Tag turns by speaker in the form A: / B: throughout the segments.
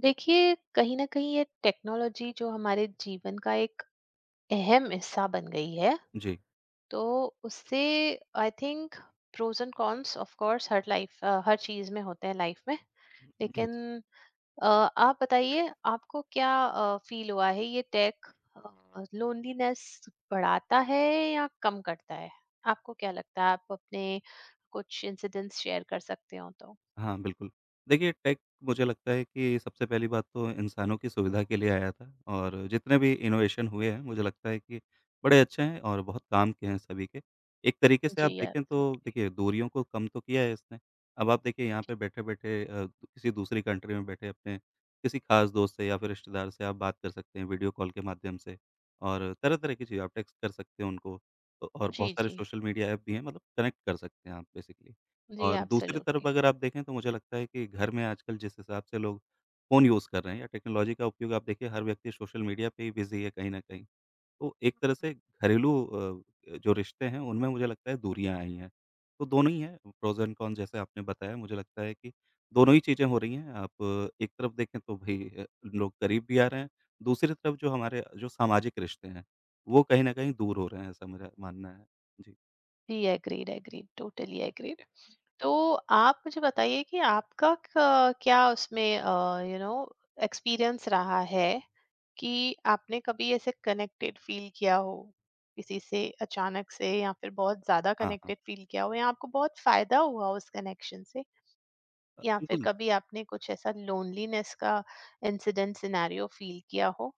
A: देखिए, कहीं ना कहीं ये टेक्नोलॉजी जो हमारे जीवन का एक अहम हिस्सा बन गई है,
B: जी।
A: तो उससे I think pros and cons of course हर लाइफ, हर चीज में होते हैं लाइफ में। लेकिन
B: यस।
A: अ, आप बताइए, आपको क्या फील हुआ है, ये टेक लोनलीनेस बढ़ाता है या कम करता है? आपको क्या लगता है? आप अपने कुछ इंसिडेंट्स शेयर कर सकते हो तो।
B: हाँ, बिल्कुल। देखिए, टेक मुझे लगता है कि सबसे पहली बात तो इंसानों की सुविधा के लिए आया था और जितने भी इनोवेशन हुए हैं, मुझे लगता है कि बड़े अच्छे हैं और बहुत काम के हैं सभी के। एक तरीके से
A: जी,
B: आप देखें तो
A: एब्सोल्युटली।
B: देखिए, दूरियों को कम तो किया है इसने। अब आप देखिए, यहाँ पे बैठे-बैठे किसी दूसरी कंट्री में बैठे अपने किसी ख़ास दोस्त से या फिर रिश्तेदार से आप बात कर सकते हैं वीडियो कॉल के माध्यम से और तरह-तरह की चीज़ें आप टेक्स्ट कर सकते हैं उनको। तो और
A: जी
B: बहुत सारे
A: जी।
B: सोशल मीडिया ऐप भी हैं, मतलब कनेक्ट कर सकते हैं आप बेसिकली।
A: जी,
B: और दूसरी
A: एब्सोल्युटली।
B: तरफ अगर आप देखें तो मुझे लगता है कि घर में आजकल जिस हिसाब से लोग फ़ोन यूज़ कर रहे हैं या टेक्नोलॉजी का उपयोग आप देखिए हर व्यक्ति सोशल मीडिया पे ही बिज़ी है कहीं न कहीं। तो एक तरह से घरेलू जो रिश्ते हैं उनमें मुझे लगता है दूरियाँ आई हैं। तो दोनों ही हैं प्रोज़ एंड कॉन्स जैसे आपने बताया मुझे लगता है कि दोनों ही चीज़ें हो रही हैं। आप एक तरफ देखें तो भई लोग करीब भी आ रहे हैं, दूसरी तरफ जो हमारे जो सामाजिक रिश्ते हैं वो कहीं न कहीं दूर हो रहे हैं ऐसा मेरा मानना है। जी।
A: जी, एग्रीड एग्रीड, टोटली एग्रीड। तो आप मुझे बताइए कि आपका क्या उसमें यू नो एक्सपीरियंस रहा है कि आपने कभी ऐसे कनेक्टेड फील किया हो किसी से अचानक से, या फिर बहुत ज्यादा
B: हाँ, हाँ।
A: कनेक्टेड फील किया हो, या आपको बहुत फायदा हुआ उस कनेक्शन से, या फिर
B: बिल्कुल
A: कभी आपने कुछ ऐसा लोनलीनेस का इंसिडेंट सिनेरियो फील किया हो।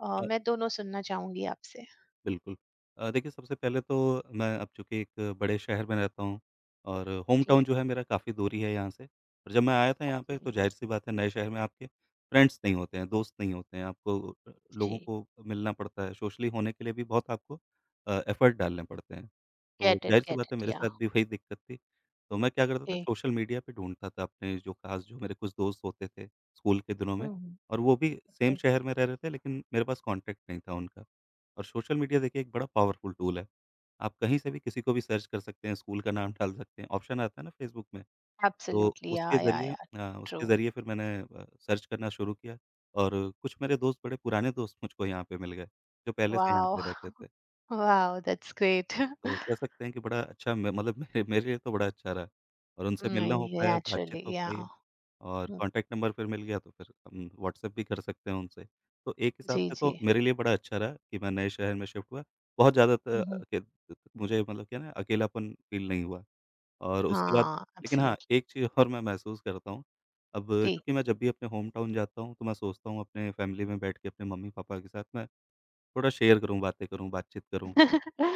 B: अ
A: मैं दोनों सुनना चाहूंगी आपसे।
B: बिल्कुल। देखिए सबसे पहले तो मैं अब चूँकि एक बड़े शहर में रहता हूँ और होम
A: जी।
B: टाउन जो है मेरा काफ़ी दूरी है यहाँ से और जब मैं आया था यहाँ पे
A: ओके।
B: तो ज़ाहिर-सी बात है नए शहर में आपके फ्रेंड्स नहीं होते हैं, दोस्त नहीं होते हैं। आपको लोगों
A: जी।
B: को मिलना पड़ता है, सोशली होने के लिए भी बहुत आपको एफ़र्ट डालने पड़ते हैं। तो
A: गेट इट
B: ज़ाहिर-सी
A: गेट
B: बात है
A: इट।
B: मेरे
A: या।
B: साथ भी वही दिक्कत थी। तो मैं क्या करता
A: ओके।
B: था सोशल मीडिया पे ढूँढता था अपने जो ख़ास जो मेरे कुछ दोस्त होते थे स्कूल के दिनों में और वो भी सेम
A: Mm.
B: शहर में रह रहे थे लेकिन मेरे पास कॉन्टैक्ट नहीं था उनका। और सोशल मीडिया देखिए एक बड़ा पावरफुल टूल है। आप कहीं से भी किसी को भी सर्च कर सकते हैं, स्कूल का नाम डाल सकते हैं, ऑप्शन आता है ना फ़ेसबुक में, तो
A: Absolutely.
B: उसके
A: Yeah, yeah,
B: ज़रिए
A: yeah. True.
B: सर्च करना शुरू किया और कुछ मेरे दोस्त बड़े पुराने दोस्त मुझको यहाँ पे मिल गए, जो पहले से यहाँ पे
A: Wow.
B: रहते थे।
A: Wow, that's great.
B: तो कह सकते हैं कि बड़ा अच्छा म मतलब मेरे मेरे लिए तो बड़ा अच्छा रहा और उनसे मिलना हो
A: Mm,
B: पाया, बातचीत
A: naturally,
B: हो
A: yeah.
B: पाई। और
A: Mm,
B: कॉन्टैक्ट नंबर फिर मिल गया तो फिर हम व्हाट्सएप भी कर सकते हैं उनसे। तो एक हिसाब
A: जी,
B: से तो
A: जी.
B: मेरे लिए बड़ा अच्छा रहा कि मैं नए शहर में शिफ्ट हुआ। बहुत ज़्यादा त
A: Mhm.
B: अ, के मुझे मतलब क्या है ना अकेलापन फ़ील नहीं हुआ और उसके बाद
A: हाँ,
B: लेकिन हाँ,
A: absolutely.
B: एक चीज़ और मैं महसूस करता हूँ। अब
A: जी.
B: चूँकि मैं जब भी अपने होम टाउन जाता हूँ तो मैं सोचता हूँ अपने फैमिली में बैठ के अपने मम्मी-पापा के साथ मैं थोड़ा शेयर करूँ, बातें करूँ, बातचीत करूँ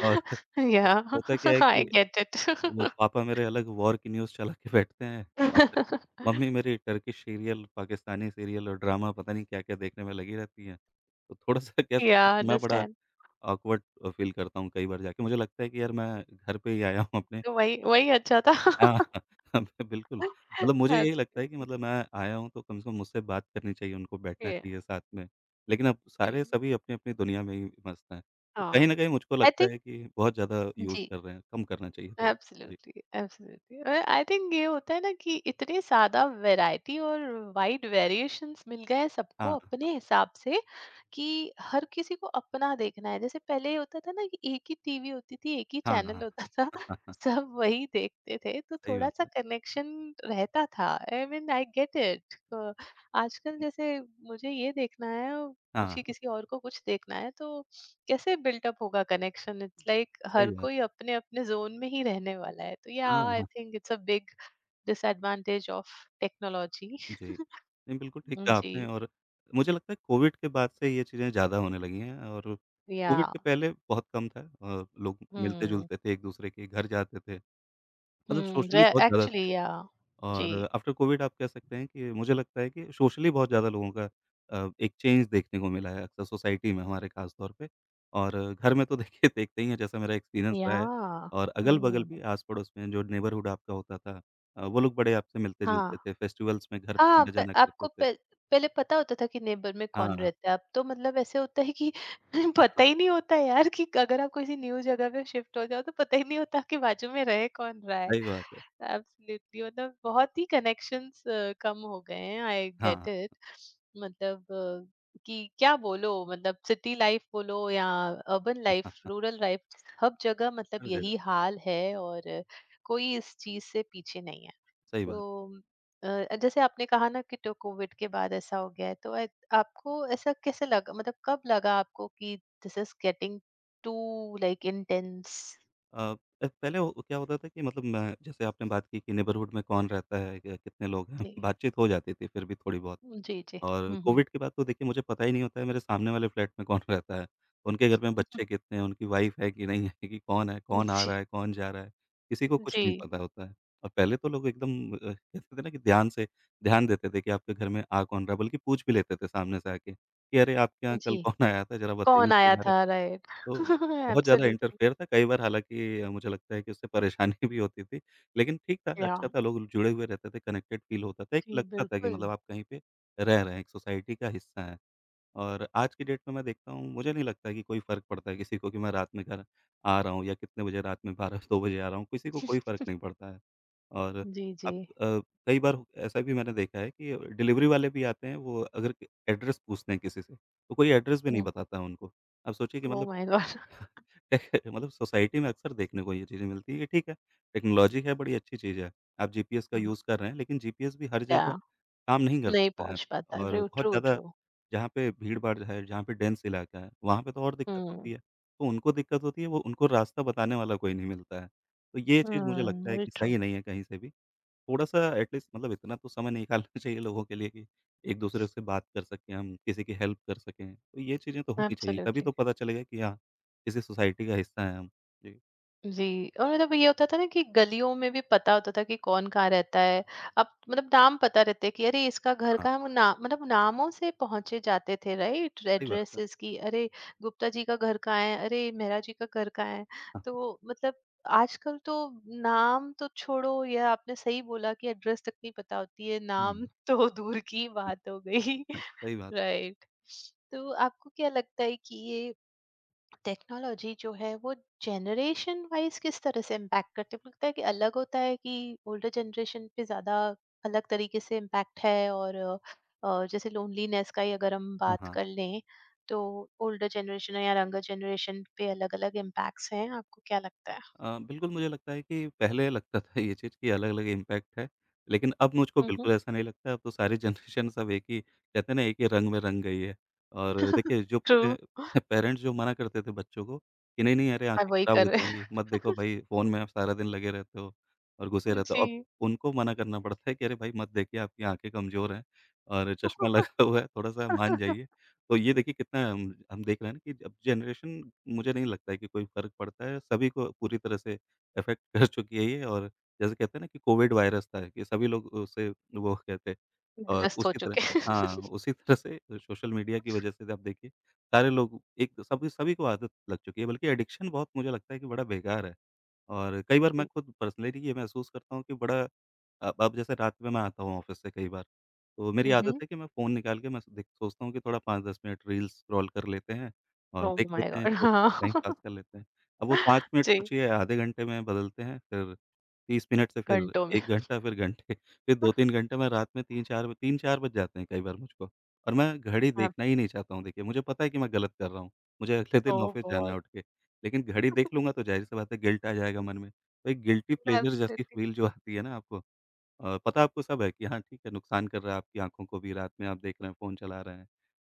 B: और
A: Yeah,
B: होता क्या है
A: I
B: कि
A: get it.
B: वो पापा मेरे अलग वॉर की न्यूज़ चला के बैठते हैं और मम्मी मेरी टर्किश सीरियल, पाकिस्तानी सीरियल और ड्रामा पता नहीं क्या-क्या देखने में लगी रहती हैं। तो थोड़ा-सा कह सकते हैं
A: Yeah, I
B: कि मैं बड़ा
A: understand.
B: ऑकवर्ड फ़ील करता हूँ कई बार जाके। मुझे लगता है कि यार मैं घर पे ही आया हूँ अपने।
A: तो वही वही अच्छा था.
B: हाँ, हाँ, बिल्कुल। मतलब मुझे यही लगता है कि
A: Absolutely.
B: मतलब मैं आया हूँ तो कम से कम मुझसे बात करनी चाहिए उनको, बैठना
A: Yeah.
B: चाहिए साथ में। लेकिन अब सारे सभी अपनी-अपनी दुनिया में ही मस्त हैं। तो
A: Ah,
B: कहीं न कहीं मुझको
A: I
B: लगता
A: think
B: है कि बहुत ज़्यादा यूज़
A: जी.
B: कर रहे हैं, कम करना चाहिए थोड़ा। जी।
A: एब्सोल्युटली। एब्सोल्युटली। और आई थिंक ये होता है ना कि इतने ज्यादा वैरायटी और वाइड वेरिएशंस मिल गए हैं सबको
B: हाँ।
A: अपने हिसाब से कि हर किसी को अपना देखना है। जैसे पहले ये होता था ना कि एक ही टीवी होती थी, एक ही
B: हाँ,
A: चैनल
B: हाँ।
A: होता था सब वही देखते थे, तो
B: सही
A: थोड़ा
B: बात
A: सा
B: है।
A: कनेक्शन रहता था। I mean, I get it. आजकल जैसे मुझे ये देखना है और
B: हाँ,
A: कुछ ही
B: हाँ।
A: किसी और को कुछ देखना है, तो कैसे बिल्टअप होगा कनेक्शन? इट्स लाइक
B: सही
A: हर
B: बात।
A: कोई अपने अपने जोन में ही रहने वाला है, तो या
B: हाँ,
A: आई
B: हाँ।
A: Think it's a big disadvantage of technology.
B: जी। नहीं, बिल्कुल ठीक कहा
A: जी।
B: आपने और मुझे लगता है कोविड के बाद से ये चीज़ें ज़्यादा होने लगी हैं और
A: या।
B: कोविड के पहले बहुत कम था। लोग
A: हम्म
B: मिलते-जुलते थे एक-दूसरे के घर जाते थे। मतलब
A: हम्म।
B: सोशली बहुत ज़्यादा
A: एक्चुअली,
B: थे।
A: या। जी।
B: और आफ्टर कोविड आप कह सकते हैं कि मुझे लगता है कि सोशली बहुत ज़्यादा लोगों का एक चेंज देखने को मिला है अक्सर सोसाइटी में हमारे ख़ास तौर पे और घर में तो देखिए देखते ही हैं जैसा मेरा एक्सपीरियंस
A: या।
B: रहा है और अगल-बगल
A: हम्म।
B: भी आस-पड़ोस में जो नेबरहुड आपका होता था वो लोग बड़े आपसे
A: हाँ
B: मिलते-जुलते थे, फेस्टिवल्स में घर पे
A: हाँ,
B: आना-जाना करते
A: आपको
B: थे।
A: पे, पहले पता होता था कि नेबर में कौन
B: हाँ, हाँ,
A: रहता है। अब तो मतलब ऐसे होता है कि पता
B: हाँ,
A: ही नहीं होता, यार, कि अगर आप किसी न्यू जगह पे शिफ्ट हो जाओ तो पता ही नहीं होता कि बाजू में रहे कौन रहा है।
B: सही बात है।
A: एब्सोल्युटली, मतलब बहुत ही कनेक्शंस कम हो गए हैं। आई गेट
B: हाँ,
A: इट। मतलब कि क्या बोलो, मतलब सिटी लाइफ बोलो या अर्बन लाइफ,
B: हाँ,
A: रूरल लाइफ, हर जगह मतलब
B: हर जगह,
A: यही हाल है। और कोई इस चीज से पीछे नहीं है।
B: सही बात है।
A: तो जैसे आपने कहा ना कि तो कोविड के बाद ऐसा हो गया है, तो आपको ऐसा कैसे लगा, मतलब कब लगा आपको कि this is getting to like intense?
B: अ, प पहले वो क्या होता था कि मतलब मैं जैसे आपने बात की कि नेबरहुड में कौन रहता है, क कितने लोग हैं,
A: जी।
B: बातचीत हो जाती थी फिर भी थोड़ी बहुत।
A: जी जी।
B: और
A: हम्म।
B: कोविड के बाद तो देखिए मुझे पता ही नहीं होता है मेरे सामने वाले फ्लैट में कौन रहता है, उनके घर में बच्चे कितने हैं, उनकी वाइफ़ है कि नहीं है कि कौन है, कौन आ
A: जी।
B: रहा है, कौन जा रहा है, किसी को कुछ
A: जी,
B: नहीं पता होता है। और पहले तो लोग एकदम कहते थे ना कि ध्यान देते थे कि आपके घर में आ कौन रहा है, बल्कि पूछ भी लेते थे सामने से आके कि अरे आपके यहाँ
A: जी।
B: कल कौन आया था ज़रा बताइए
A: कौन आया
B: उसके बारे
A: था,
B: में।
A: राइट।
B: तो बहुत ज़्यादा
A: एब्सोल्युटली।
B: इंटरफेयर था, कई बार हालाँकि मुझे लगता है कि उससे परेशानी भी होती थी, लेकिन ठीक था,
A: या।
B: अच्छा था, लोग जुड़े हुए रहते थे, कनेक्टेड फ़ील होता था, एक
A: जी,
B: लगता था कि
A: बिल्कुल।
B: मतलब आप कहीं पे रह रहे हैं, एक सोसाइटी का हिस्सा हैं। और आज की डेट में मैं देखता हूँ, मुझे नहीं लगता कि कोई फ़र्क पड़ता है किसी को कि मैं रात में घर आ रहा हूँ या कितने बजे रात में 12-2 बजे आ रहा हूँ, किसी को कोई फ़र्क नहीं पड़ता है। और
A: जी, जी।
B: अब अ, कई बार ऐसा भी मैंने देखा है कि डिलीवरी वाले भी आते हैं, वो अगर एड्रेस पूछते हैं किसी से, तो कोई एड्रेस भी नहीं
A: हुँ,
B: बताता है उनको। आप सोचिए कि
A: ओह
B: मतलब
A: माय गॉड!
B: मतलब सोसाइटी में अक्सर देखने को ये चीज़ें मिलती हैं कि ठीक है, टेक्नोलॉज़ी है, बड़ी अच्छी चीज़ है। आप जीपीएस का
A: हुँ,
B: यूज़ कर रहे हैं, लेकिन जीपीएस भी हर
A: या
B: जगह काम नहीं कर
A: नहीं
B: सकता है
A: पहुँच पाता,
B: और
A: रू
B: बहुत
A: ट्रू,
B: ज़्यादा
A: ट्रू।
B: जहाँ पे भीड़-भाड़ है, जहाँ पे डेंस इलाका है, वहाँ पे तो और दिक्कत
A: हुँ,
B: होती है। तो उनको दिक्कत होती है, वो उनको रास्ता बताने वाला कोई नहीं मिलता है। तो ये चीज़ मुझे
A: हुँ,
B: लगता है
A: वेरी
B: कि
A: ट्रू,
B: सही नहीं है कहीं से भी। थोड़ा-सा एट लीस्ट मतलब इतना तो समय निकालना चाहिए लोगों के लिए कि एक-दूसरे से बात कर सकें हम, किसी की हेल्प कर सकें, तो ये चीज़ें तो होनी चाहिए, तभी
A: एब्सोल्युटली।
B: तो पता चलेगा कि हाँ, किसी सोसाइटी का हिस्सा हैं हम। जी,
A: जी, और मतलब ये होता था ना कि गलियों में भी पता होता था कि कौन कहाँ रहता है। अब मतलब नाम पता रहते कि अरे इसका घर
B: हाँ,
A: का, हम ना मतलब नामों से पहुँचे जाते थे, राइट?
B: सही बात है।
A: एड्रेसेस की, अरे गुप्ता जी का घर कहाँ है? अरे मेहरा जी का घर कहाँ है?
B: हाँ, हाँ।
A: तो मतलब आजकल तो नाम तो छोड़ो, या आपने सही बोला कि एड्रेस तक नहीं पता होती है,
B: हुँ,
A: नाम तो दूर की बात हो गई।
B: सही बात।
A: राइट। तो आपको क्या लगता है कि ये टेक्नोलॉजी जो है वो जनरेशन वाइज किस तरह से इम्पैक्ट करती है? आपको लगता है कि अलग होता है कि ओल्डर जनरेशन पे ज़्यादा अलग तरीके से इम्पैक्ट है? और जैसे लोनलीनेस का ही अगर हम
B: हाँ,
A: बात
B: हाँ।
A: कर लें, तो ओल्डर जनरेशन या यंगर जनरेशन पे अलग अलग इम्पैक्ट्स हैं, आपको क्या लगता है?
B: बिल्कुल मुझे लगता है कि पहले लगता था ये चीज़ कि अलग-अलग इम्पैक्ट है, लेकिन अब मुझको
A: हम्म।
B: बिल्कुल ऐसा नहीं लगता, अब तो सारी जनरेशन सब एक ही कहते हैं ना एक ही रंग में रंग गई है। और देखिए जो
A: ट्रू।
B: पहले पेरेंट्स जो मना करते थे बच्चों को कि नहीं, नहीं अरे
A: मैं
B: आँखें
A: वही
B: खराब
A: कर
B: हो
A: रहे हैं।
B: जाएँगी, मत देखो भाई फ़ोन में आप सारा दिन लगे रहते हो और घुसे रहते हो। अब
A: जी।
B: उनको मना करना पड़ता है कि अरे भाई मत देखिए आपकी आँखें कमज़ोर हैं और चश्मा लगा हुआ है, थोड़ा-सा मान जाइए। तो ये देखिए कितना हम देख रहे हैं ना कि अब जनरेशन मुझे नहीं लगता है कि कोई फ़र्क पड़ता है, सभी को पूरी तरह से इफ़ेक्ट कर चुकी है ये और जैसे कहते हैं ना कि कोविड वायरस था कि सभी लोग उससे वो हो गए थे और
A: ग्रस्त हो
B: उसी तरह
A: चुके हैं।
B: हाँ, उसी तरह से सोशल मीडिया की वजह से आप देखिए सारे लोग एक सभी सभी को आदत लग चुकी है बल्कि एडिक्शन बहुत मुझे लगता है कि बड़ा बेकार है। और कई बार मैं खुद पर्सनली ये महसूस करता हूँ कि बड़ा अब जैसे रात में मैं आता हूँ ऑफ़िस से कई बार तो मेरी
A: हम्म।
B: आदत है कि मैं फ़ोन निकाल के मैं देख सोचता हूँ कि थोड़ा 5-10 मिनट रील्स स्क्रॉल कर लेते हैं और
A: ओह
B: देख
A: माय
B: लेते हैं,
A: गॉड,
B: तो
A: हाँ।
B: टाइम पास कर लेते हैं। अब वो 5 मिनट
A: जी।
B: सोचिए आधे घंटे में बदलते हैं, फिर 30 मिनट से फिर
A: घंटों में।
B: 1 घंटा, फिर घंटे, फिर 2-3 घंटे मैं रात में 3-4 बज जाते हैं कई बार मुझको और मैं घड़ी देखना ही नहीं चाहता हूँ देखिए, मुझे पता है कि मैं गलत कर रहा हूँ। मुझे अगले
A: ओ
B: दिन ऑफ़िस जाना
A: गॉड।
B: है उठ के, लेकिन घड़ी देख लूँगा तो ज़ाहिर-सी बात है गिल्ट आ जाएगा मन में। तो एक गिल्टी प्लेज़र जैसी
A: एब्सोल्युटली।
B: फ़ील जो आती है ना आपको पता आपको सब है कि हाँ, ठीक है, नुकसान कर रहा है आपकी आँखों को भी, रात में आप देख रहे हैं, फ़ोन चला रहे हैं।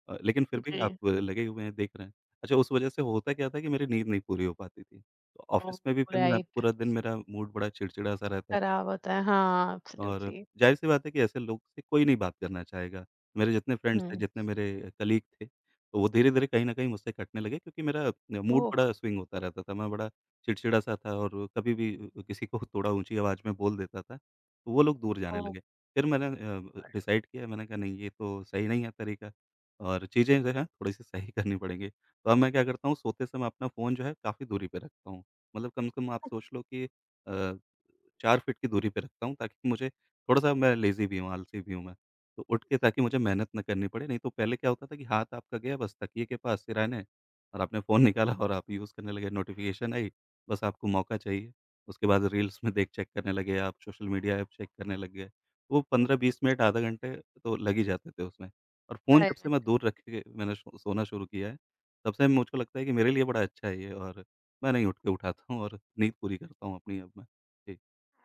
B: लेकिन फिर भी
A: जी।
B: आप लगे हुए हैं, देख रहे हैं। अच्छा, उस वजह से होता क्या था कि मेरी नींद नहीं पूरी हो पाती थी। तो
A: ओह!
B: ऑफ़िस में भी फिर मैं
A: राइट,
B: पूरा दिन मेरा मूड बड़ा चिड़चिड़ा-सा रहता
A: खराब होता है। हाँ,
B: और
A: एब्सोल्युटली।
B: ज़ाहिर-सी बात है कि ऐसे लोग से कोई नहीं बात करना चाहेगा। मेरे जितने फ्रेंड्स थे,
A: हुँ।
B: जितने मेरे कलीग थे, तो वो धीरे-धीरे कहीं न कहीं मुझसे कटने लगे क्योंकि मेरा न मूड
A: ओह!
B: बड़ा स्विंग होता रहता था। मैं बड़ा चिड़चिड़ा-सा था और कभी भी किसी को थोड़ा ऊँची आवाज़ में बोल देता था, तो वो लोग दूर जाने
A: ओह!
B: लगे। फिर मैंने डिसाइड किया, मैंने कहा नहीं ये तो सही नहीं है तरीका और चीज़ें जो हैं थोड़ी-सी सही करनी पड़ेंगी। तो अब मैं क्या करता हूँ सोते समय अपना फ़ोन जो है काफ़ी दूरी पे रखता हूँ। मतलब कम से कम आप सोच लो कि 4 फीट की दूरी पे रखता हूँ ताकि मुझे थोड़ा-सा मैं लेज़ी भी हूँ, आलसी भी हूँ मैं। तो उठ के ताकि मुझे मेहनत ना करनी पड़े, नहीं तो पहले क्या होता था कि हाथ आपका गया बस तकिए के पास सिरहाने और आपने फ़ोन निकाला और आप यूज़ करने लगे, नोटिफ़िकेशन आई, बस आपको मौका चाहिए। उसके बाद रील्स में देख चेक करने लगे आप, सोशल मीडिया ऐप चेक करने लग गए। वो 15-20 मिनट, आधा घंटे तो लग ही जाते थे उसमें। और फ़ोन जब से
A: राइट।
B: मैं दूर रख के मैंने सोना शुरू किया है, तब से मुझको लगता है कि मेरे लिए बड़ा अच्छा है ये और मैं नहीं उठ के उठाता हूँ और नींद पूरी करता हूँ अपनी अब मैं। जी।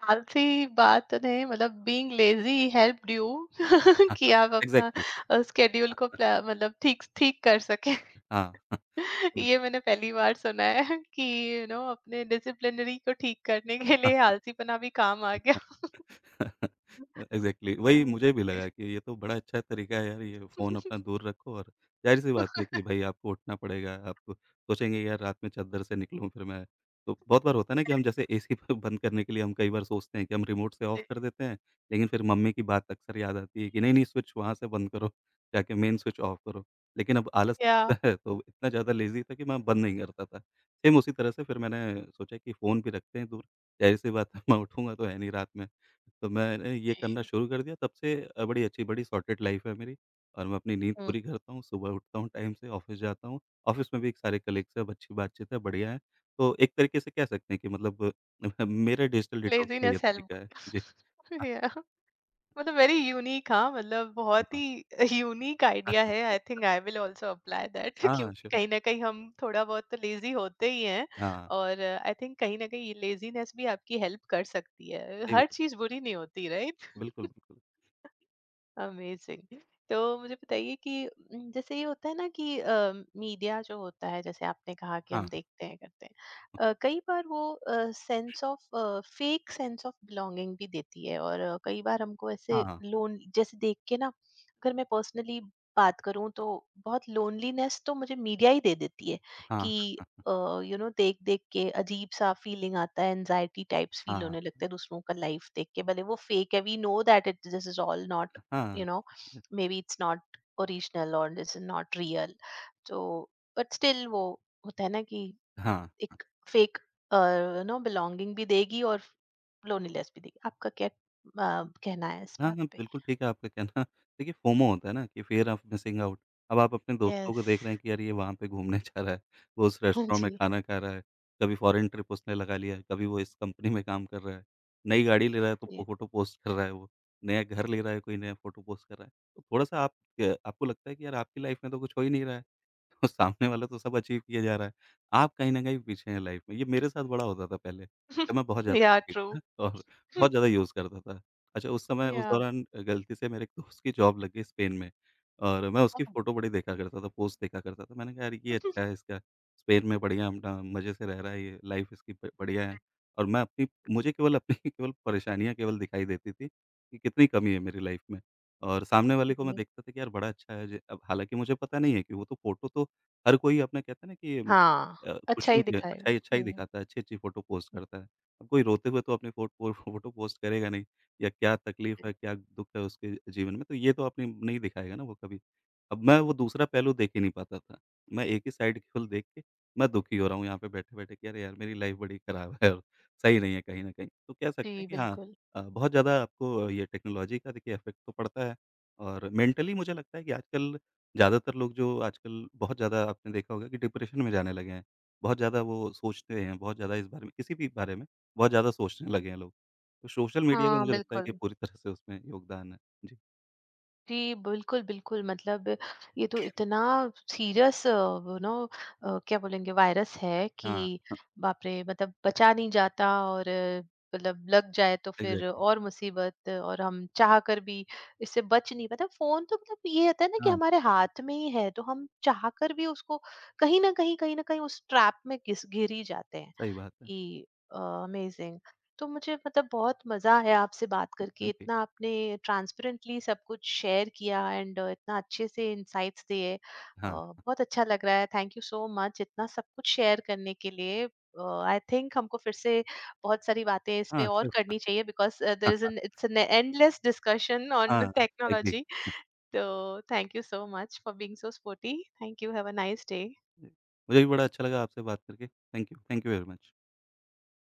A: आलसी बात ने, मतलब बीइंग लेज़ी हेल्प्ड यू कि आप अपना
B: एग्ज़ैक्टली।
A: स्केड्यूल को
B: हाँ।
A: प्ला, मतलब ठीक ठीक कर सकें।
B: हाँ।
A: ये मैंने पहली बार सुना है कि यू नो अपने डिसिप्लिनरी को ठीक करने के लिए आलसीपना भी काम आ गया।
B: हुँ। एग्ज़ैक्टली, वही
A: हुँ।
B: मुझे भी लगा कि ये तो बड़ा अच्छा तरीका है यार, ये फ़ोन अपना दूर रखो और ज़ाहिर-सी बात है कि भाई आपको उठना पड़ेगा, आप सोचेंगे यार रात में चद्दर से निकलूँ फिर मैं। तो बहुत बार होता है ना कि हम जैसे एसी ब बंद करने के लिए हम कई बार सोचते हैं कि हम रिमोट से ऑफ कर देते हैं, लेकिन फिर मम्मी की बात अक्सर याद आती है कि नहीं-नहीं स्विच वहाँ से बंद करो, जाके मेन स्विच ऑफ करो। लेकिन अब आलस
A: या।
B: लगता है तो इतना ज़्यादा लेज़ी था कि मैं बंद नहीं करता था। सेम उसी तरह से फिर मैंने सोचा कि फ़ोन भी रखते हैं दूर, ज़ाहिर-सी बात है मैं उठूँगा तो है नहीं रात में। तो मैंने ये करना
A: जी,
B: शुरू कर दिया तब से बड़ी अच्छी बड़ी सॉर्टेड लाइफ़ है मेरी और मैं अपनी नींद
A: हुँ,
B: पूरी करता हूँ, सुबह उठता हूँ टाइम से, ऑफ़िस जाता हूँ। ऑफ़िस में भी एक सारे कलीग्स हैं, अच्छी बातचीत है, बढ़िया है। तो एक तरीके से कह सकते हैं कि मतलब मेरा डिजिटल डिटॉक्स का ये
A: लेज़ीनेस हेल्प।
B: तरीका है। जी।
A: या, मतलब वेरी यूनिक, हाँ, मतलब बहुत
B: हाँ,
A: ही यूनिक आइडिया है। I think I will also apply that
B: हाँ,
A: क्योंकि कहीं
B: श्योर।
A: ना कहीं हम थोड़ा बहुत तो लेजी होते ही हैं,
B: हाँ,
A: और आई थिंक कहीं ना कहीं ये लेजीनेस भी आपकी हेल्प कर सकती है,
B: सही
A: हर
B: बात।
A: चीज बुरी नहीं होती, राइट।
B: बिल्कुल, बिल्कुल।
A: अमेजिंग। तो मुझे बताइए कि जैसे ये होता है ना कि मीडिया जो होता है, जैसे आपने कहा कि हम
B: हाँ,
A: देखते हैं करते हैं, कई बार वो sense of, fake sense of belonging भी देती है, और कई बार हमको
B: हाँ,
A: ऐसे
B: हाँ,
A: लोन जैसे देख के ना, अगर मैं पर्सनली बात करूं, तो बहुत लोनलीनेस तो मुझे मीडिया ही दे देती है कि
B: हाँ,
A: यू नो देख देख के अजीब सा फीलिंग आता है, एनजाइटी टाइप्स फील
B: हाँ,
A: होने लगते हैं दूसरों का लाइफ देख के, भले वो फेक है, we know that it this is all not, you
B: हाँ।
A: know, maybe it's not original, or this is not real. So, but still, वो होता है ना कि
B: हाँ।
A: एक fake और know belonging भी देगी और loneliness भी देगी. आपका क्या कहना है इस
B: हाँ,
A: बात
B: हाँ,
A: पे?
B: बिल्कुल ठीक है आपका कहना। देखिए फोमो होता है ना कि फ़ियर ऑफ मिसिंग आउट। अब आप अपने दोस्तों को
A: Yes.
B: देख रहे हैं कि यार ये वहाँ पे घूमने जा रहा है, वो उस रेस्टोरेंट में
A: जी.
B: खाना खा रहा है, कभी फॉरेन ट्रिप उसने लगा लिया है, कभी वो इस कंपनी में काम कर रहा है, नई गाड़ी ले रहा है तो फ़ोटो पोस्ट कर रहा है वो, नया घर ले रहा है कोई नया फ़ोटो पोस्ट कर रहा है। तो थोड़ा-सा आप क आपको लगता है कि यार आपकी लाइफ़ में तो कुछ हो ही नहीं रहा है। तो सामने वाला तो सब अचीव किए जा रहा है। आप कहीं न कहीं पीछे हैं लाइफ़ में। ये मेरे साथ बड़ा होता था पहले, जब मैं बहुत ज़्यादा
A: Yeah,
B: एडिक्ट
A: true.
B: था और बहुत ज़्यादा यूज़ करता था। अच्छा उस समय उस
A: Yeah.
B: दौरान गलती से मेरे एक दोस्त की जॉब लग गई स्पेन में और मैं उसकी फ़ोटो बड़ी देखा करता था, पोस्ट देखा करता था। मैंने कहा यार ये अच्छा है इसका, स्पेन में बढ़िया अपना मज़े से रह रहा है ये, लाइफ़ इसकी ब बढ़िया है। और मैं अपनी मुझे केवल अपनी केवल परेशानियाँ केवल दिखाई देती थी, कि कितनी कमी है मेरी लाइफ़ में। और सामने वाले को मैं देखता था कि यार बड़ा अच्छा है, ज अब हालाँकि मुझे पता नहीं है कि वो तो फ़ोटो तो हर कोई अपना कहते हैं ना कि
A: हाँ. अच्छा
B: खुशियों
A: ही
B: की
A: दिखाएगा.
B: अच्छाई अच्छाई
A: हम्म।
B: दिखाता है, अच्छी-अच्छी फ़ोटो पोस्ट करता है। अब कोई रोते हुए तो अपनी फ़ोटो पोस्ट करेगा नहीं या क्या तकलीफ़
A: हुँ।
B: है, क्या दुःख है उसके जीवन में, तो ये तो अपनी नहीं दिखाएगा ना वो कभी। अब मैं वो दूसरा पहलू देख ही नहीं पाता था। मैं एक ही साइड केवल देख के मैं दुखी हो रहा हूँ यहाँ पे बैठे-बैठे कि अरे यार मेरी लाइफ़ बड़ी ख़राब है और सही नहीं है कहीं न कहीं। तो कह
A: जी,
B: सकते हैं कि हाँ
A: बिल्कुल।
B: बहुत ज़्यादा आपको ये टेक्नोलॉजी का देखिए इफ़ेक्ट तो पड़ता है। और मेंटली मुझे लगता है कि आजकल ज़्यादातर लोग जो आजकल बहुत ज़्यादा आपने देखा होगा कि डिप्रेशन में जाने लगे हैं। बहुत ज़्यादा वो सोचते हैं, बहुत ज़्यादा इस बारे में किसी भी बारे में बहुत ज़्यादा सोचने लगे हैं लोग। तो सोशल मीडिया का
A: हाँ,
B: मुझे लगता है
A: बिल्कुल।
B: कि पूरी तरह से उसमें योगदान है। जी।
A: जी, बिल्कुल, बिल्कुल, मतलब ये तो इतना सीरियस वो नो, क्या बोलेंगे, वायरस है
B: हाँ,
A: कि बाप रे! मतलब बचा नहीं जाता। और मतलब लग जाए तो फिर
B: एग्जैक्टली।
A: और मुसीबत, और हम चाह कर भी इससे बच नहीं पाते। फ़ोन तो मतलब ये होता है ना कि
B: हाँ,
A: हमारे
B: एग्ज़ैक्टली। हाँ,
A: हाथ में ही है, तो हम चाह कर भी उसको कहीं न कहीं उस ट्रैप में घिस घिर ही जाते हैं।
B: सही बात है।
A: जी, अमेजिंग। तो मुझे मतलब बहुत मजा आया आपसे बात करके,
B: हाँ जी।
A: इतना आपने ट्रांसपेरेंटली सब कुछ शेयर किया, एंड इतना अच्छे से इंसाइट्स दिए।
B: हाँ,
A: बहुत अच्छा लग रहा है, थैंक यू सो मच इतना सब कुछ शेयर करने के लिए। आई थिंक हमको फिर से बहुत सारी बातें इस पे
B: हाँ,
A: और
B: श्योर।
A: करनी चाहिए, बिकॉज देयर इज
B: हाँ,
A: an, it's an endless discussion on
B: हाँ, एग्री।
A: टेक्नोलॉजी। तो thank you so much for being so sporty. Thank you, have a nice day.
B: मुझे भी बड़ा अच्छा लगा आपसे बात करके। Thank you very much.